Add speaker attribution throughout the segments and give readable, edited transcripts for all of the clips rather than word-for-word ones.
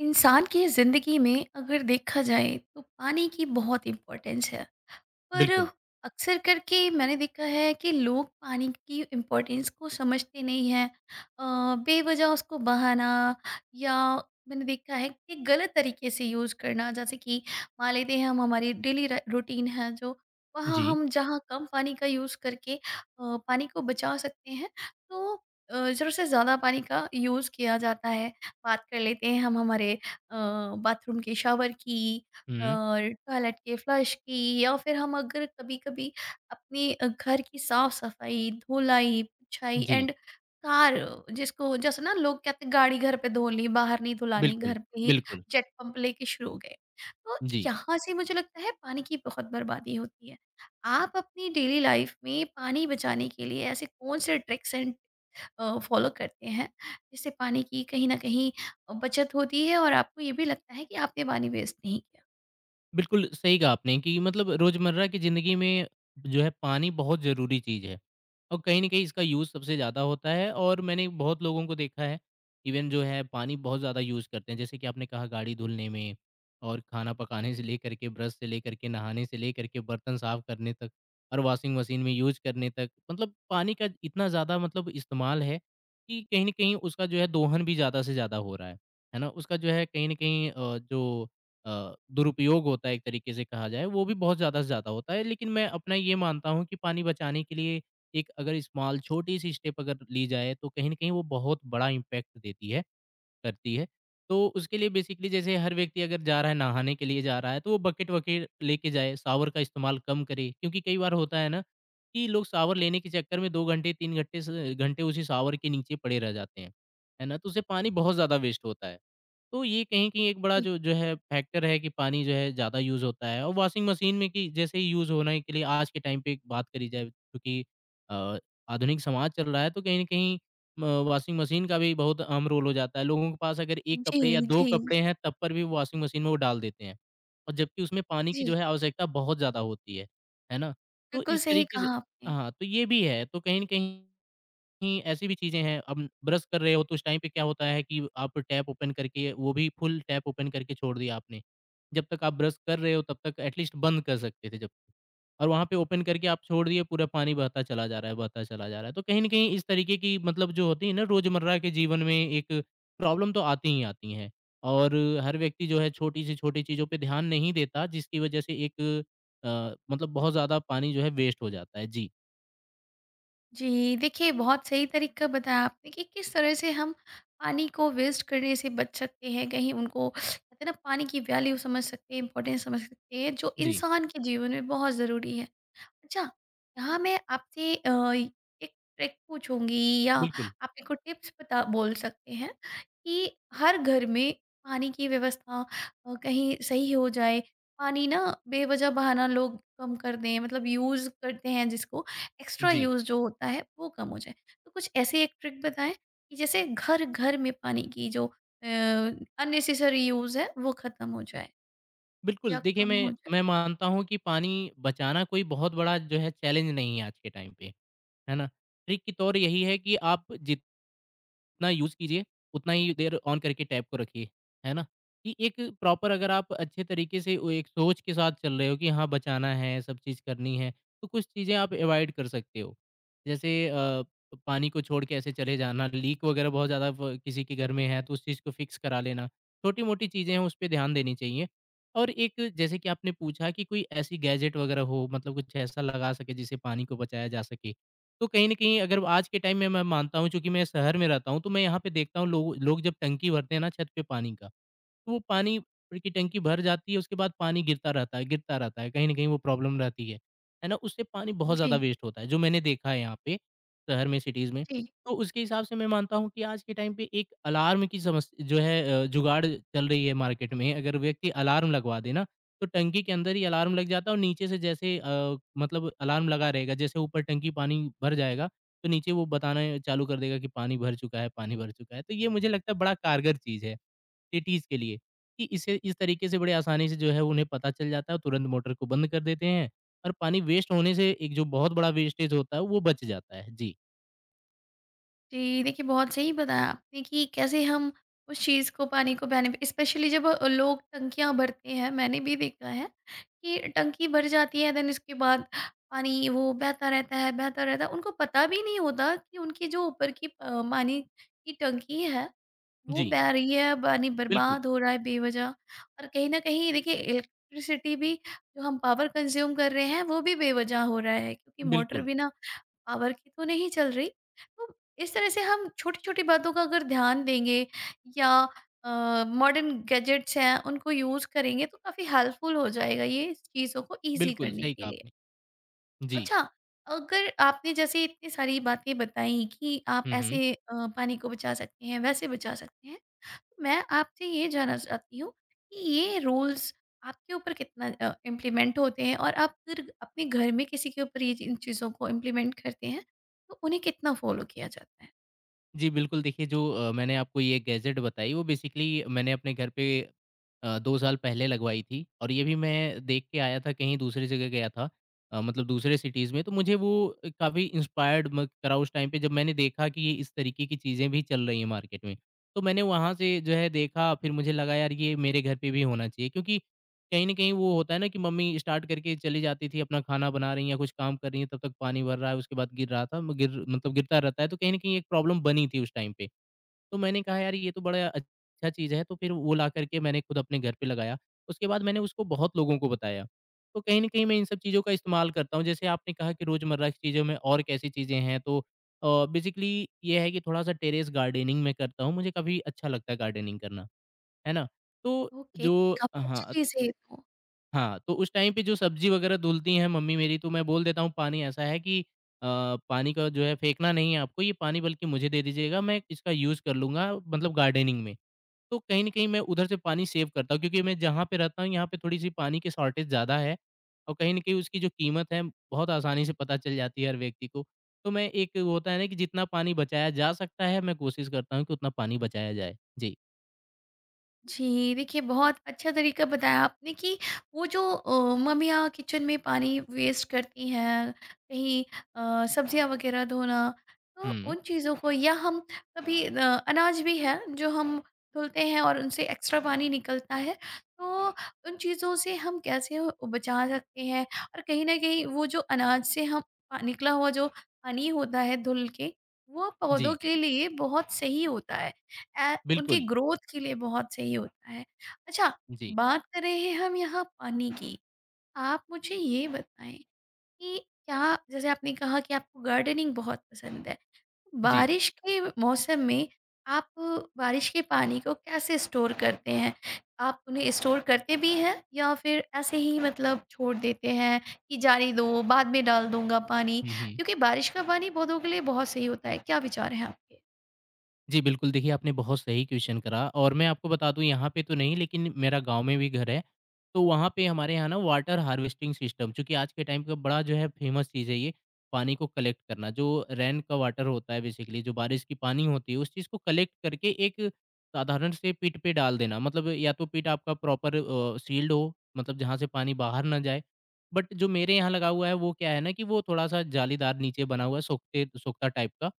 Speaker 1: इंसान की ज़िंदगी में अगर देखा जाए तो पानी की बहुत इम्पोर्टेंस है पर
Speaker 2: बिल्कुल।
Speaker 1: अक्सर करके मैंने देखा है कि लोग पानी की इम्पोर्टेंस को समझते नहीं हैं। बेवजह उसको बहाना या मैंने देखा है कि गलत तरीके से यूज़ करना। जैसे कि मान लेते हैं हम, हमारी डेली रूटीन है जो, वहाँ
Speaker 2: जी।
Speaker 1: हम जहाँ कम पानी का यूज़ करके पानी को बचा सकते हैं, तो ज़रूरत से ज़्यादा पानी का यूज़ किया जाता है। बात कर लेते हैं हम हमारे बाथरूम के शावर की
Speaker 2: हुँ।
Speaker 1: और टॉयलेट के फ्लश की, या फिर हम अगर कभी-कभी अपने घर की साफ-सफाई, धुलाई, पुछाई
Speaker 2: जी।
Speaker 1: एंड कार, जिसको जैसे ना लोग कहते हैं गाड़ी घर पे धो ली, बाहर नहीं धुलानी,
Speaker 2: बिल्कुल।
Speaker 1: घर पे ही
Speaker 2: बिल्कुल।
Speaker 1: जेट पंप लेके शुरू हो गए। तो
Speaker 2: जी।
Speaker 1: यहाँ से मुझे लगता है पानी की बहुत बर्बादी होती है। आप अपनी डेली लाइफ में पानी बचाने के लिए ऐसे कौन से ट्रिक्स एंड फॉलो करते हैं जिससे पानी की कहीं न कहीं बचत होती है और आपको ये भी लगता है कि आपने पानी वेस्ट नहीं किया।
Speaker 2: बिल्कुल सही कहा आपने कि मतलब रोज़मर्रा की ज़िंदगी में जो है पानी बहुत ज़रूरी चीज़ है, और कहीं न कहीं इसका यूज़ सबसे ज़्यादा होता है। और मैंने बहुत लोगों को देखा है, इवन जो है पानी बहुत ज़्यादा यूज़ करते हैं। जैसे कि आपने कहा गाड़ी धुलने में, और खाना पकाने से लेकर के, ब्रश से लेकर के, नहाने से लेकर के, बर्तन साफ़ करने तक और वॉशिंग मशीन में यूज़ करने तक, मतलब पानी का इतना ज़्यादा मतलब इस्तेमाल है कि कहीं न कहीं उसका जो है दोहन भी ज़्यादा से ज़्यादा हो रहा है। है ना? उसका जो है कहीं न कहीं जो दुरुपयोग होता है एक तरीके से कहा जाए, वो भी बहुत ज़्यादा से ज़्यादा होता है। लेकिन मैं अपना ये मानता हूँ कि पानी बचाने के लिए एक अगर स्मॉल छोटी-सी स्टेप अगर ली जाए तो कहीं न कहीं वो बहुत बड़ा इम्पैक्ट देती है करती है। तो उसके लिए बेसिकली जैसे हर व्यक्ति अगर जा रहा है, नहाने के लिए जा रहा है तो वो बकेट-वकेट लेके जाए, शॉवर का इस्तेमाल कम करे। क्योंकि कई बार होता है ना कि लोग शॉवर लेने के चक्कर में 2 घंटे 3 घंटे स घंटे उसी शॉवर के नीचे पड़े रह जाते हैं। है ना? तो उससे पानी बहुत ज़्यादा वेस्ट होता है। तो ये कहीं न कहीं एक बड़ा
Speaker 1: जी,
Speaker 2: जो जो है फैक्टर है कि पानी जो है ज़्यादा यूज़ होता है, और वॉशिंग मशीन में कि जैसे ही यूज़ होने के लिए आज के टाइम पे बात करी जाए, क्योंकि अ, आधुनिक समाज चल रहा है तो कहीं न कहीं म वॉशिंग मशीन का भी बहुत अहम रोल हो जाता है। लोगों के पास अगर 1
Speaker 1: जी,
Speaker 2: कपड़े या 2
Speaker 1: जी,
Speaker 2: कपड़े हैं तब पर भी वो वॉशिंग मशीन में वो डाल देते हैं, और जबकि उसमें पानी की जो
Speaker 1: जी।
Speaker 2: है आवश्यकता बहुत ज़्यादा होती है। है ना? तो
Speaker 1: बिल्कुल
Speaker 2: इस
Speaker 1: सही
Speaker 2: तरीके से,
Speaker 1: कहा आपने।
Speaker 2: हाँ, तो ये भी है। तो कहीं न कहीं कहीं ऐसी भी चीज़ें हैं। अब ब्रश कर रहे हो तो उस टाइम पे क्या होता है कि आप टैप ओपन करके, वो भी फुल टैप ओपन करके छोड़ दिया आपने। जब तक आप ब्रश कर रहे हो तब तक एटलीस्ट बंद कर सकते थे जब तक, और वहाँ पे ओपन करके आप छोड़ दिए, पूरा पानी बहता चला जा रहा है, बहता चला जा रहा है। तो कहीं न कहीं इस तरीके की, मतलब जो होती है ना रोज़मर्रा के जीवन में, एक प्रॉब्लम तो आती ही आती हैं, और हर व्यक्ति जो है छोटी से छोटी चीज़ों पे ध्यान नहीं देता, जिसकी वज़ह से एक मतलब बहुत ज़्यादा पानी जो है वेस्ट हो जाता है। जी।
Speaker 1: जी, देखिए बहुत सही तरीका बताया आपने कि किस तरह से हम पानी को वेस्ट करने से बच सकते हैं, कहीं उनको कहते हैं ना, पानी की वैल्यू समझ सकते हैं, इम्पोर्टेंस समझ सकते हैं, जो
Speaker 2: जी।
Speaker 1: इंसान के जीवन में बहुत ज़रूरी है। अच्छा, यहाँ मैं आपसे एक ट्रिक पूछूँगी या
Speaker 2: बिल्कुल।
Speaker 1: आप मेरे को टिप्स बता बोल सकते हैं कि हर घर में पानी की व्यवस्था कहीं सही हो जाए। पानी ना बेवजह बहाना लोग कम कर दें, मतलब यूज़ करते हैं जिसको, एक्स्ट्रा
Speaker 2: जी।
Speaker 1: यूज़ जो होता है वो कम हो जाए। तो कुछ ऐसे एक ट्रिक बताएँ कि जैसे घर-घर में पानी की जो अननेसेसरी यूज़ है वो खत्म हो जाए
Speaker 2: बिल्कुल,
Speaker 1: या
Speaker 2: देखिए
Speaker 1: कम हो
Speaker 2: मैं
Speaker 1: जाए?
Speaker 2: मैं मानता हूँ कि पानी बचाना कोई बहुत बड़ा जो है चैलेंज नहीं है आज के टाइम पे। है ना? ट्रिक की तौर यही है कि आप जि उतना यूज़ कीजिए, उतना ही देर ऑन करके टैब को रखिए। है ना? कि एक प्रॉपर अगर आप अच्छे तरीके से, वो एक सोच के साथ चल रहे हो कि हाँ, बचाना है, सब चीज़ करनी है, तो कुछ चीज़ें आप अवॉइड कर सकते हो। जैसे पानी को छोड़ के ऐसे चले जाना, लीक वगैरह बहुत ज़्यादा व किसी के घर में है तो उस चीज़ को फिक्स करा लेना। छोटी-मोटी चीज़ें हैं, उस पे ध्यान देनी चाहिए। और एक जैसे कि आपने पूछा कि कोई ऐसी गैजेट वगैरह हो, मतलब कुछ ऐसा लगा सके जिससे पानी को बचाया जा सके। तो कहीं न कहीं अगर आज के टाइम में मैं मानता हूँ, चूँकि मैं शहर में रहता हूँ, तो मैं यहाँ पे देखता हूँ लोग लोग जब टंकी भरते हैं ना छत पे पानी का, तो वो पानी की टंकी भर जाती है, उसके बाद पानी गिरता रहता है, गिरता रहता है, कहीं न कहीं वो प्रॉब्लम रहती है। है ना? उससे पानी बहुत ज़्यादा
Speaker 1: जी,
Speaker 2: वेस्ट होता है, जो मैंने देखा है यहाँ पे, शहर में, सिटीज़ में।
Speaker 1: जी।
Speaker 2: तो उसके हिसाब से मैं मानता हूँ कि आज के टाइम पे एक अलार्म की समस जो है जुगाड़ चल रही है मार्केट में। अगर व्यक्ति अलार्म लगवा दे ना, तो टंकी के अंदर ही अलार्म लग जाता है, और नीचे से जैसे मतलब अलार्म लगा रहेगा, जैसे ऊपर टंकी पानी भर जाएगा, तो नीचे वो बताना चालू कर देगा कि पानी भर चुका है, पानी भर चुका है। तो ये मुझे लगता है बड़ा कारगर चीज़ है सिटीज़ के लिए, कि इसे इस तरीके से बड़े आसानी से जो है उन्हें पता चल जाता है, तुरंत मोटर को बंद कर देते हैं, और पानी वेस्ट होने से एक जो बहुत बड़ा वेस्टेज होता है, वो बच जाता है। जी।
Speaker 1: जी, देखिए बहुत सही बताया आपने कि कैसे हम उस चीज़ को, पानी को बेनि, स्पेशली जब लोग टंकियाँ भरते हैं। मैंने भी देखा है कि टंकी भर जाती है, देन इसके बाद पानी वो बहता रहता है, बहता रहता है। उनको पता भी नहीं होता कि उनकी जो ऊपर की पानी की टंकी है, वो
Speaker 2: जी।
Speaker 1: बह रही है, पानी
Speaker 2: बिल्कुल।
Speaker 1: बर्बाद हो रहा है बेवज़ह। और कहीं न कहीं देखिए इलेक्ट्रिसिटी भी जो हम पावर कंज़्यूम कर रहे हैं, वो भी बेवज़ह हो रहा है, क्योंकि मोटर
Speaker 2: बिल्कुल।
Speaker 1: बिना पावर की तो नहीं चल रही। तो इस तरह से हम छोटी छोटी बातों का अगर ध्यान देंगे या मॉडर्न गैजेट्स हैं उनको यूज करेंगे, तो काफी हेल्पफुल हो जाएगा ये चीजों को इजी
Speaker 2: बिल्कुल
Speaker 1: करने
Speaker 2: सही
Speaker 1: के
Speaker 2: कहा
Speaker 1: लिए।
Speaker 2: आपने। जी।
Speaker 1: अच्छा, अगर आपने जैसे इतनी सारी बातें बताई कि आप
Speaker 2: हुँ। हुँ।
Speaker 1: ऐसे पानी को बचा सकते हैं, वैसे बचा सकते हैं, मैं आपसे ये जानना चाहती हूँ कि ये रूल्स आपके ऊपर कितना इम्प्लीमेंट होते हैं, और आप फिर अपने घर में किसी के ऊपर ये चीज़- इन चीज़ों को इम्प्लीमेंट करते हैं तो उन्हें कितना फॉलो किया जाता है?
Speaker 2: जी, बिल्कुल, देखिए जो मैंने आपको ये गैजेट बताई, वो बेसिकली मैंने अपने घर पे 2 साल पहले लगवाई थी। और ये भी मैं देख के आया था, कहीं दूसरी जगह गया था, मतलब दूसरे सिटीज़ में, तो मुझे वो काफ़ी इंस्पायर्ड म करा उस टाइम पे, जब मैंने देखा कि ये इस तरीके की चीज़ें भी चल रही हैं मार्केट में। तो मैंने वहाँ से जो है देखा, फिर मुझे लगा यार ये मेरे घर पे भी होना चाहिए, क्योंकि कहीं न कहीं वो होता है ना कि मम्मी स्टार्ट करके चली जाती थी, अपना खाना बना रही हैं या कुछ काम कर रही हैं, तब तक पानी भर रहा है, उसके बाद गिर रहा था, गिर मतलब गिरता रहता है, तो कहीं न कहीं एक प्रॉब्लम बनी थी उस टाइम पे। तो मैंने कहा यार ये तो बड़ा अच्छा चीज़ है, तो फिर वो ला कर के मैंने खुद अपने घर पे लगाया। उसके बाद मैंने उसको बहुत लोगों को बताया। तो कहीं न कहीं मैं इन सब चीज़ों का इस्तेमाल करता हूँ। जैसे आपने कहा कि रोज़मर्रा की चीज़ों में और कैसी चीज़ें हैं, तो बेसिकली ये है कि थोड़ा-सा टेरेस गार्डनिंग मैं करता हूँ। मुझे काफ़ी अच्छा लगता है गार्डनिंग करना। है ना? तो
Speaker 1: ओके,
Speaker 2: जो
Speaker 1: काफ़ी अच्छी
Speaker 2: हाँ,
Speaker 1: चीज़ है ये तो।
Speaker 2: हाँ, तो उस टाइम पे जो सब्ज़ी वगैरह धुलती हैं मम्मी मेरी, तो मैं बोल देता हूँ, पानी ऐसा है कि पानी का जो है फेंकना नहीं है आपको, ये पानी बल्कि मुझे दे दीजिएगा, मैं इसका यूज़ कर लूँगा, मतलब गार्डनिंग में। तो कहीं न कहीं मैं उधर से पानी सेव करता हूँ, क्योंकि मैं जहाँ पे रहता हूँ, यहाँ पे थोड़ी-सी पानी की शॉर्टेज ज़्यादा है, और कहीं न कहीं उसकी जो कीमत है, बहुत आसानी से पता चल जाती है हर व्यक्ति को। तो मैं एक, वो होता है ना कि जितना पानी बचाया जा सकता है, मैं कोशिश करता हूँ कि उतना पानी बचाया जाए। जी।
Speaker 1: जी, देखिए बहुत अच्छा तरीका बताया आपने कि वो जो मम्मियाँ किचन में पानी वेस्ट करती हैं, कहीं सब्जियाँ वगैरह धोना, तो
Speaker 2: हुँ।
Speaker 1: उन चीज़ों को, या हम कभी अनाज भी है जो हम धुलते हैं और उनसे एक्स्ट्रा पानी निकलता है, तो उन चीज़ों से हम कैसे बचा सकते हैं? और कहीं न कहीं वो जो अनाज से हम पा, निकला हुआ जो पानी होता है धुल के, वो पौधों
Speaker 2: जी।
Speaker 1: के लिए बहुत सही होता है। ए उनके
Speaker 2: बिल्कुल।
Speaker 1: ग्रोथ के लिए बहुत सही होता है। अच्छा,
Speaker 2: जी।
Speaker 1: बात कर रहे हैं हम यहाँ पानी की। आप मुझे ये बताएँ कि क्या, जैसे आपने कहा कि आपको गार्डनिंग बहुत पसंद है,
Speaker 2: जी।
Speaker 1: बारिश के मौसम में आप बारिश के पानी को कैसे स्टोर करते हैं? आप उन्हें स्टोर करते भी हैं या फिर ऐसे ही मतलब छोड़ देते हैं कि जाने दो, बाद में डाल दूँगा पानी?
Speaker 2: हुँ। हुँ।
Speaker 1: क्योंकि बारिश का पानी पौधों के लिए बहुत सही होता है। क्या विचार हैं आपके?
Speaker 2: जी, बिल्कुल, देखिए आपने बहुत सही क्वेश्चन करा, और मैं आपको बता दूँ यहाँ पे तो नहीं, लेकिन मेरा गाँव में भी घर है, तो वहाँ पे हमारे यहाँ ना वाटर हार्वेस्टिंग सिस्टम, चूँकि आज के टाइम का बड़ा जो है फ़ेमस चीज़ है ये, पानी को कलेक्ट करना, जो रेन का वाटर होता है, बेसिकली जो बारिश की पानी होती है, उस चीज़ को कलेक्ट करके एक साधारण से पिट पे डाल देना। मतलब या तो पिट आपका प्रॉपर सील्ड हो, मतलब जहाँ से पानी बाहर ना जाए, बट जो मेरे यहाँ लगा हुआ है वो क्या है ना, कि वो थोड़ा-सा जालीदार नीचे बना हुआ है, सोखते सोख्ता टाइप का,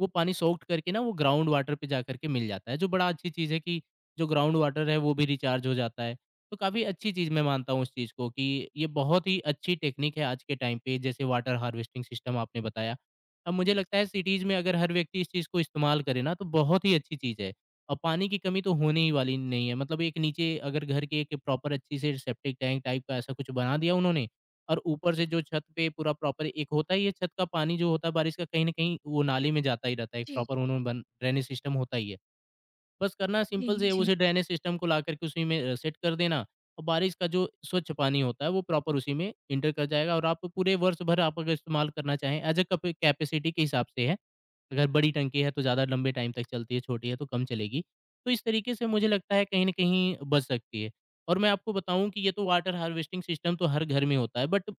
Speaker 2: वो पानी सोक्ड करके ना, वो ग्राउंड वाटर पे जा करके मिल जाता है, जो बड़ा अच्छी चीज़ है, कि जो ग्राउंड वाटर है वो भी रिचार्ज हो जाता है। तो काफ़ी अच्छी चीज़ मैं मानता हूँ उस चीज़ को, कि ये बहुत ही अच्छी टेक्नीक है आज के टाइम पे, जैसे वाटर हार्वेस्टिंग सिस्टम आपने बताया। अब मुझे लगता है सिटीज़ में अगर हर व्यक्ति इस चीज़ को इस्तेमाल करे ना, तो बहुत ही अच्छी चीज़ है, और पानी की कमी तो होने ही वाली नहीं है। मतलब एक नीचे अगर घर के एक प्रॉपर अच्छी से सेप्टिक टैंक टाइप का ऐसा कुछ बना दिया उन्होंने, और ऊपर से जो छत पे पूरा प्रॉपर एक होता ही है, छत का पानी जो होता है बारिश का, कहीं न कहीं वो नाली में जाता ही रहता है, एक
Speaker 1: जी,
Speaker 2: प्रॉपर उन्होंने बन ड्रेनेज सिस्टम होता ही है। बस करना
Speaker 1: जी,
Speaker 2: सिंपल से है,
Speaker 1: जी।
Speaker 2: उसे ड्रेनेज सिस्टम को लाकर के उसी में सेट कर देना, और बारिश का जो स्वच्छ पानी होता है, वो प्रॉपर उसी में इंटर कर जाएगा, और आप पूरे वर्ष भर, आप अगर इस्तेमाल करना चाहें, एज ए कैपेसिटी के हिसाब से है, अगर बड़ी टंकी है तो ज़्यादा लंबे टाइम तक चलती है, छोटी है तो कम चलेगी। तो इस तरीके से मुझे लगता है कहीं ना कहीं बच सकती है। और मैं आपको बताऊं कि ये तो वाटर हार्वेस्टिंग सिस्टम तो हर घर में होता है, बट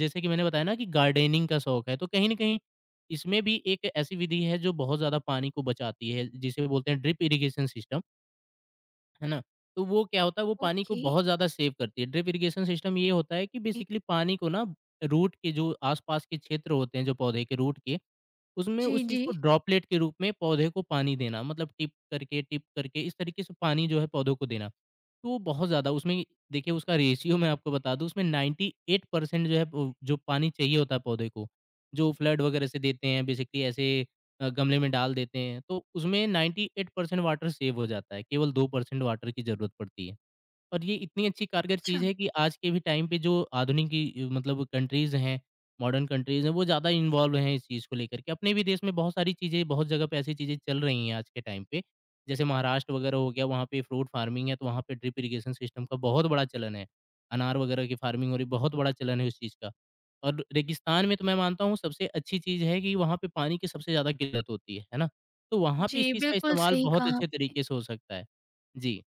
Speaker 2: जैसे कि मैंने बताया ना कि गार्डनिंग का शौक है, तो कहीं ना कहीं इसमें भी एक ऐसी विधि है जो बहुत ज़्यादा पानी को बचाती है, जिसे बोलते हैं ड्रिप इरिगेशन सिस्टम, है ना? तो वो क्या होता है वो पानी को
Speaker 1: ओके।
Speaker 2: बहुत ज़्यादा सेव करती है। ड्रिप इरिगेशन सिस्टम ये होता है कि बेसिकली पानी को ना रूट के जो आस-पास के क्षेत्र होते हैं जो पौधे के रूट के उसमें
Speaker 1: जी,
Speaker 2: उस
Speaker 1: जी।
Speaker 2: चीज़ को ड्रॉपलेट के रूप में पौधे को पानी देना मतलब टिप करके इस तरीके से पानी जो है पौधों को देना। तो वो बहुत ज़्यादा उसमें देखिए उसका रेशियो मैं आपको बता दूँ उसमें 98% जो है वो जो पानी चाहिए होता है पौधे को, जो फ्लड वगैरह से देते हैं बेसिकली ऐसे गमले में डाल देते हैं, तो उसमें 98% वाटर सेव हो जाता है, केवल 2% वाटर की ज़रूरत पड़ती है। और ये इतनी अच्छी कारगर
Speaker 1: अच्छा।
Speaker 2: चीज़ है कि आज के भी टाइम पे जो आधुनिक की मतलब कंट्रीज़ हैं, मॉडर्न कंट्रीज़ हैं, वो ज़्यादा इन्वॉल्व हैं इस चीज़ को लेकर के। अपने भी देश में बहुत सारी चीज़ें, बहुत जगह पे ऐसी चीज़ें चल रही हैं आज के टाइम पे। जैसे महाराष्ट्र वगैरह हो गया, वहाँ पे फ्रूट फार्मिंग है, तो वहाँ पे ड्रिप इरिगेशन सिस्टम का बहुत बड़ा चलन है। अनार वगैरह की फार्मिंग हो रही है, बहुत बड़ा चलन है उस चीज़ का। और रेगिस्तान में तो मैं मानता हूँ सबसे अच्छी चीज़ है कि वहाँ पे पानी की सबसे ज़्यादा किल्लत होती है ना? तो वहाँ पे
Speaker 1: जी,
Speaker 2: इस चीज़ का
Speaker 1: बिल्कुल
Speaker 2: इस्तेमाल
Speaker 1: सही
Speaker 2: बहुत
Speaker 1: कहा।
Speaker 2: अच्छे तरीके से हो सकता है। जी,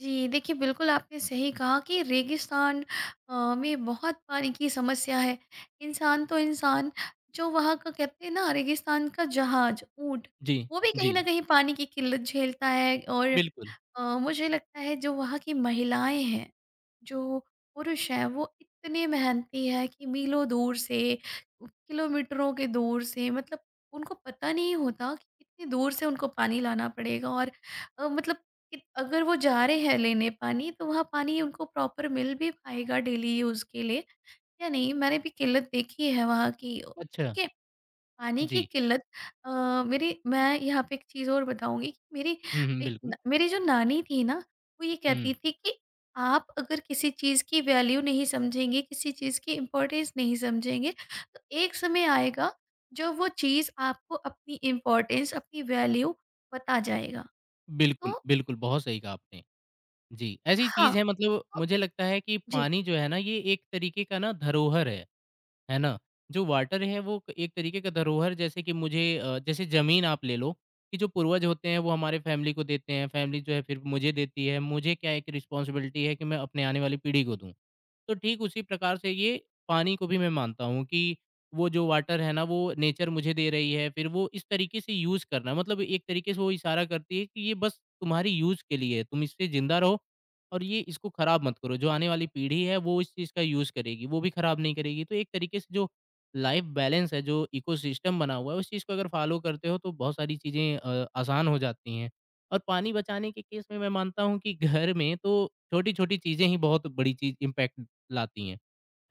Speaker 1: जी, देखिए बिल्कुल आपने सही कहा कि रेगिस्तान में बहुत पानी की समस्या है। इंसान तो इंसान, जो वहाँ का कहते हैं ना, रेगिस्तान का जहाज, ऊँट,
Speaker 2: जी,
Speaker 1: वो भी कहीं
Speaker 2: जी।
Speaker 1: न कहीं पानी की किल्लत झेलता है। और
Speaker 2: बिल्कुल,
Speaker 1: मुझे लगता है जो वहाँ की महिलाएँ हैं, जो पुरुष हैं, वो इतने मेहनती हैं कि मीलों दूर से, किलोमीटरों के दूर से, मतलब उनको पता नहीं होता कि कितनी दूर से उनको पानी लाना पड़ेगा, और मतलब कि अगर वो जा रहे हैं लेने पानी तो वहाँ पानी उनको प्रॉपर मिल भी पाएगा डेली यूज़ के लिए या नहीं। मैंने भी किल्लत देखी है वहाँ की।
Speaker 2: अच्छा,
Speaker 1: ठीक है, पानी की
Speaker 2: जी।
Speaker 1: किल्लत। अ, मेरी, मैं यहाँ पे एक चीज़ और बताऊँगी कि मेरी
Speaker 2: हुँ, हुँ,
Speaker 1: एक न,
Speaker 2: बिल्कुल।
Speaker 1: मेरी जो नानी थी ना, वो ये कहती
Speaker 2: हुँ,
Speaker 1: थी कि आप अगर किसी चीज़ की वैल्यू नहीं समझेंगे, किसी चीज़ की इम्पोर्टेंस नहीं समझेंगे, तो एक समय आएगा जब वो चीज़ आपको अपनी इम्पोर्टेंस, अपनी वैल्यू बता जाएगा। तो
Speaker 2: बिल्कुल, बिल्कुल, बहुत सही कहा आपने। जी, ऐसी
Speaker 1: हाँ,
Speaker 2: चीज़ है मतलब
Speaker 1: तो
Speaker 2: मुझे लगता है कि
Speaker 1: जी।
Speaker 2: पानी जो है ना ये एक तरीके का ना धरोहर है ना? जो वाटर है वो एक तरीके का धरोहर जैसे कि मुझे जैसे ज़मीन आप ले लो, कि जो पूर्वज होते हैं वो हमारे फैमिली को देते हैं, फैमिली जो है फिर मुझे देती है, मुझे क्या एक रिस्पॉन्सिबिलिटी है कि मैं अपने आने वाली पीढ़ी को दूँ। तो ठीक उसी प्रकार से ये पानी को भी मैं मानता हूँ कि वो जो वाटर है ना वो नेचर मुझे दे रही है फिर वो इस तरीके से यूज़ करना मतलब एक तरीके से वो इशारा करती है कि ये बस तुम्हारी यूज़ के लिए है तुम इससे ज़िंदा रहो और ये इसको ख़राब मत करो जो आने वाली पीढ़ी है वो इस चीज़ का यूज़ करेगी वो भी ख़राब नहीं करेगी तो एक तरीके से जो लाइफ बैलेंस है जो इकोसिस्टम बना हुआ है उस चीज़ को अगर फॉलो करते हो तो बहुत सारी चीज़ें आसान हो जाती हैं और पानी बचाने के केस में मैं मानता हूँ कि घर में तो छोटी छोटी चीज़ें ही बहुत बड़ी चीज़ इम्पैक्ट लाती हैं,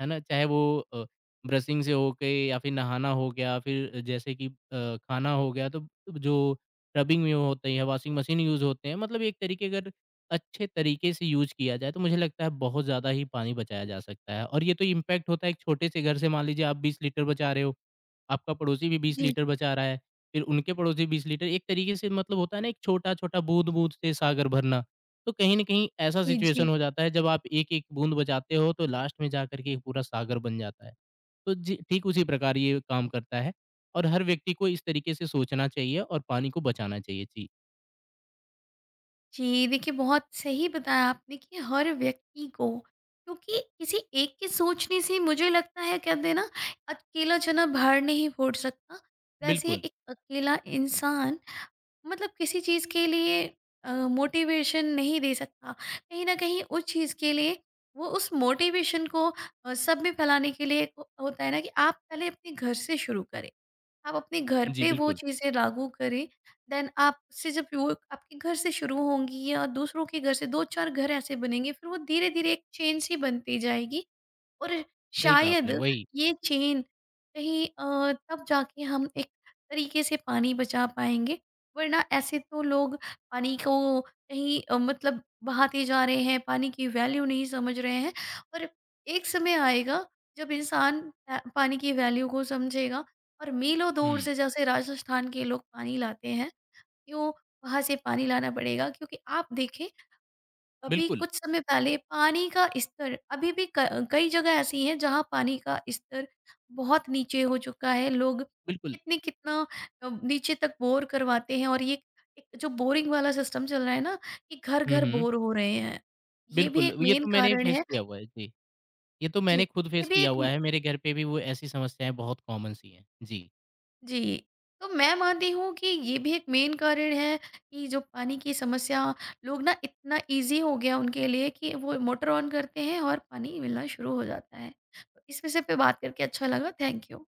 Speaker 2: है ना? चाहे वो अ, ब्रशिंग से होके या फिर नहाना हो गया, फिर जैसे कि खाना हो गया, तो जो रबिंग में होती है, वॉशिंग मशीन यूज़ होते हैं, मतलब एक तरीके अगर अच्छे तरीके से यूज़ किया जाए, तो मुझे लगता है बहुत ज़्यादा ही पानी बचाया जा सकता है और ये तो इम्पैक्ट होता है एक छोटे से घर से मान लीजिए आप 20 लीटर बचा रहे हो, आपका पड़ोसी भी 20
Speaker 1: जी,
Speaker 2: लीटर बचा रहा है, फिर उनके पड़ोसी 20 लीटर, एक तरीके से मतलब होता है ना एक छोटा-छोटा बूँद-बूँद से सागर भरना, तो कहीं न कहीं ऐसा
Speaker 1: जी, जी।
Speaker 2: सिचुएशन हो जाता है जब आप एक-एक बूँद बचाते हो तो लास्ट में जाकर के एक पूरा सागर बन जाता है। तो जी, ठीक उसी प्रकार ये काम करता है और हर व्यक्ति को इस तरीके से सोचना चाहिए और पानी को बचाना चाहिए। जी,
Speaker 1: जी, देखिए बहुत सही बताया आपने कि हर व्यक्ति को, क्योंकि किसी एक के सोचने से मुझे लगता है, कहते हैं ना, अकेला चना भार नहीं फोड़ सकता। वैसे
Speaker 2: बिल्कुल।
Speaker 1: एक अकेला इंसान मतलब किसी चीज़ के लिए मोटिवेशन नहीं दे सकता। कहीं न कहीं उस चीज़ के लिए वो उस मोटिवेशन को सब में फैलाने के लिए, एक होता है ना कि आप पहले अपने घर से शुरू करें। आप अपने घर
Speaker 2: जी,
Speaker 1: पे वो
Speaker 2: बिल्कुल।
Speaker 1: चीज़ें लागू करें, देन आपसे जब वो आपके घर से शुरू होंगी या दूसरों के घर से 2-4 घर ऐसे बनेंगे, फिर वो धीरे-धीरे एक चेन सी बनती जाएगी, और
Speaker 2: सही कहा आपने,
Speaker 1: शायद
Speaker 2: वही।
Speaker 1: ये चेन कहीं तब जाके हम एक तरीके से पानी बचा पाएँगे, वरना ऐसे तो लोग पानी को कहीं मतलब बहाते जा रहे हैं, पानी की वैल्यू नहीं समझ रहे हैं। और एक समय आएगा जब इंसान पानी की वैल्यू को समझेगा, और मीलों दूर
Speaker 2: हुँ,
Speaker 1: से जैसे राजस्थान के लोग पानी लाते हैं, क्यों वहाँ से पानी लाना पड़ेगा, क्योंकि आप देखें अभी
Speaker 2: बिल्कुल,
Speaker 1: कुछ समय पहले पानी का स्तर, अभी भी क, कई जगह ऐसी हैं जहाँ पानी का स्तर बहुत नीचे हो चुका है। लोग
Speaker 2: बिल्कुल।
Speaker 1: कितने, कितना नीचे तक बोर करवाते हैं। और ये एक जो बोरिंग वाला सिस्टम चल रहा है ना, कि
Speaker 2: हुँ,
Speaker 1: घर-घर
Speaker 2: हुँ,
Speaker 1: बोर हो रहे हैं, ये भी
Speaker 2: बिल्कुल,
Speaker 1: एक
Speaker 2: ये
Speaker 1: मेन
Speaker 2: तो मैंने
Speaker 1: कारण
Speaker 2: फेस
Speaker 1: है।
Speaker 2: किया हुआ है। जी, ये तो
Speaker 1: जी,
Speaker 2: मैंने खुद
Speaker 1: ये
Speaker 2: फेस
Speaker 1: भी
Speaker 2: किया
Speaker 1: एक,
Speaker 2: हुआ है, मेरे घर पे भी वो ऐसी समस्याएँ बहुत कॉमन सी हैं। जी।
Speaker 1: जी, तो मैं मानती हूँ कि ये भी एक मेन कारण है कि जो पानी की समस्या, लोग ना, इतना ईज़ी हो गया उनके लिए कि वो मोटर ऑन करते हैं और पानी मिलना शुरू हो जाता है। तो इस विषय पे बात करके अच्छा लगा, थैंक यू।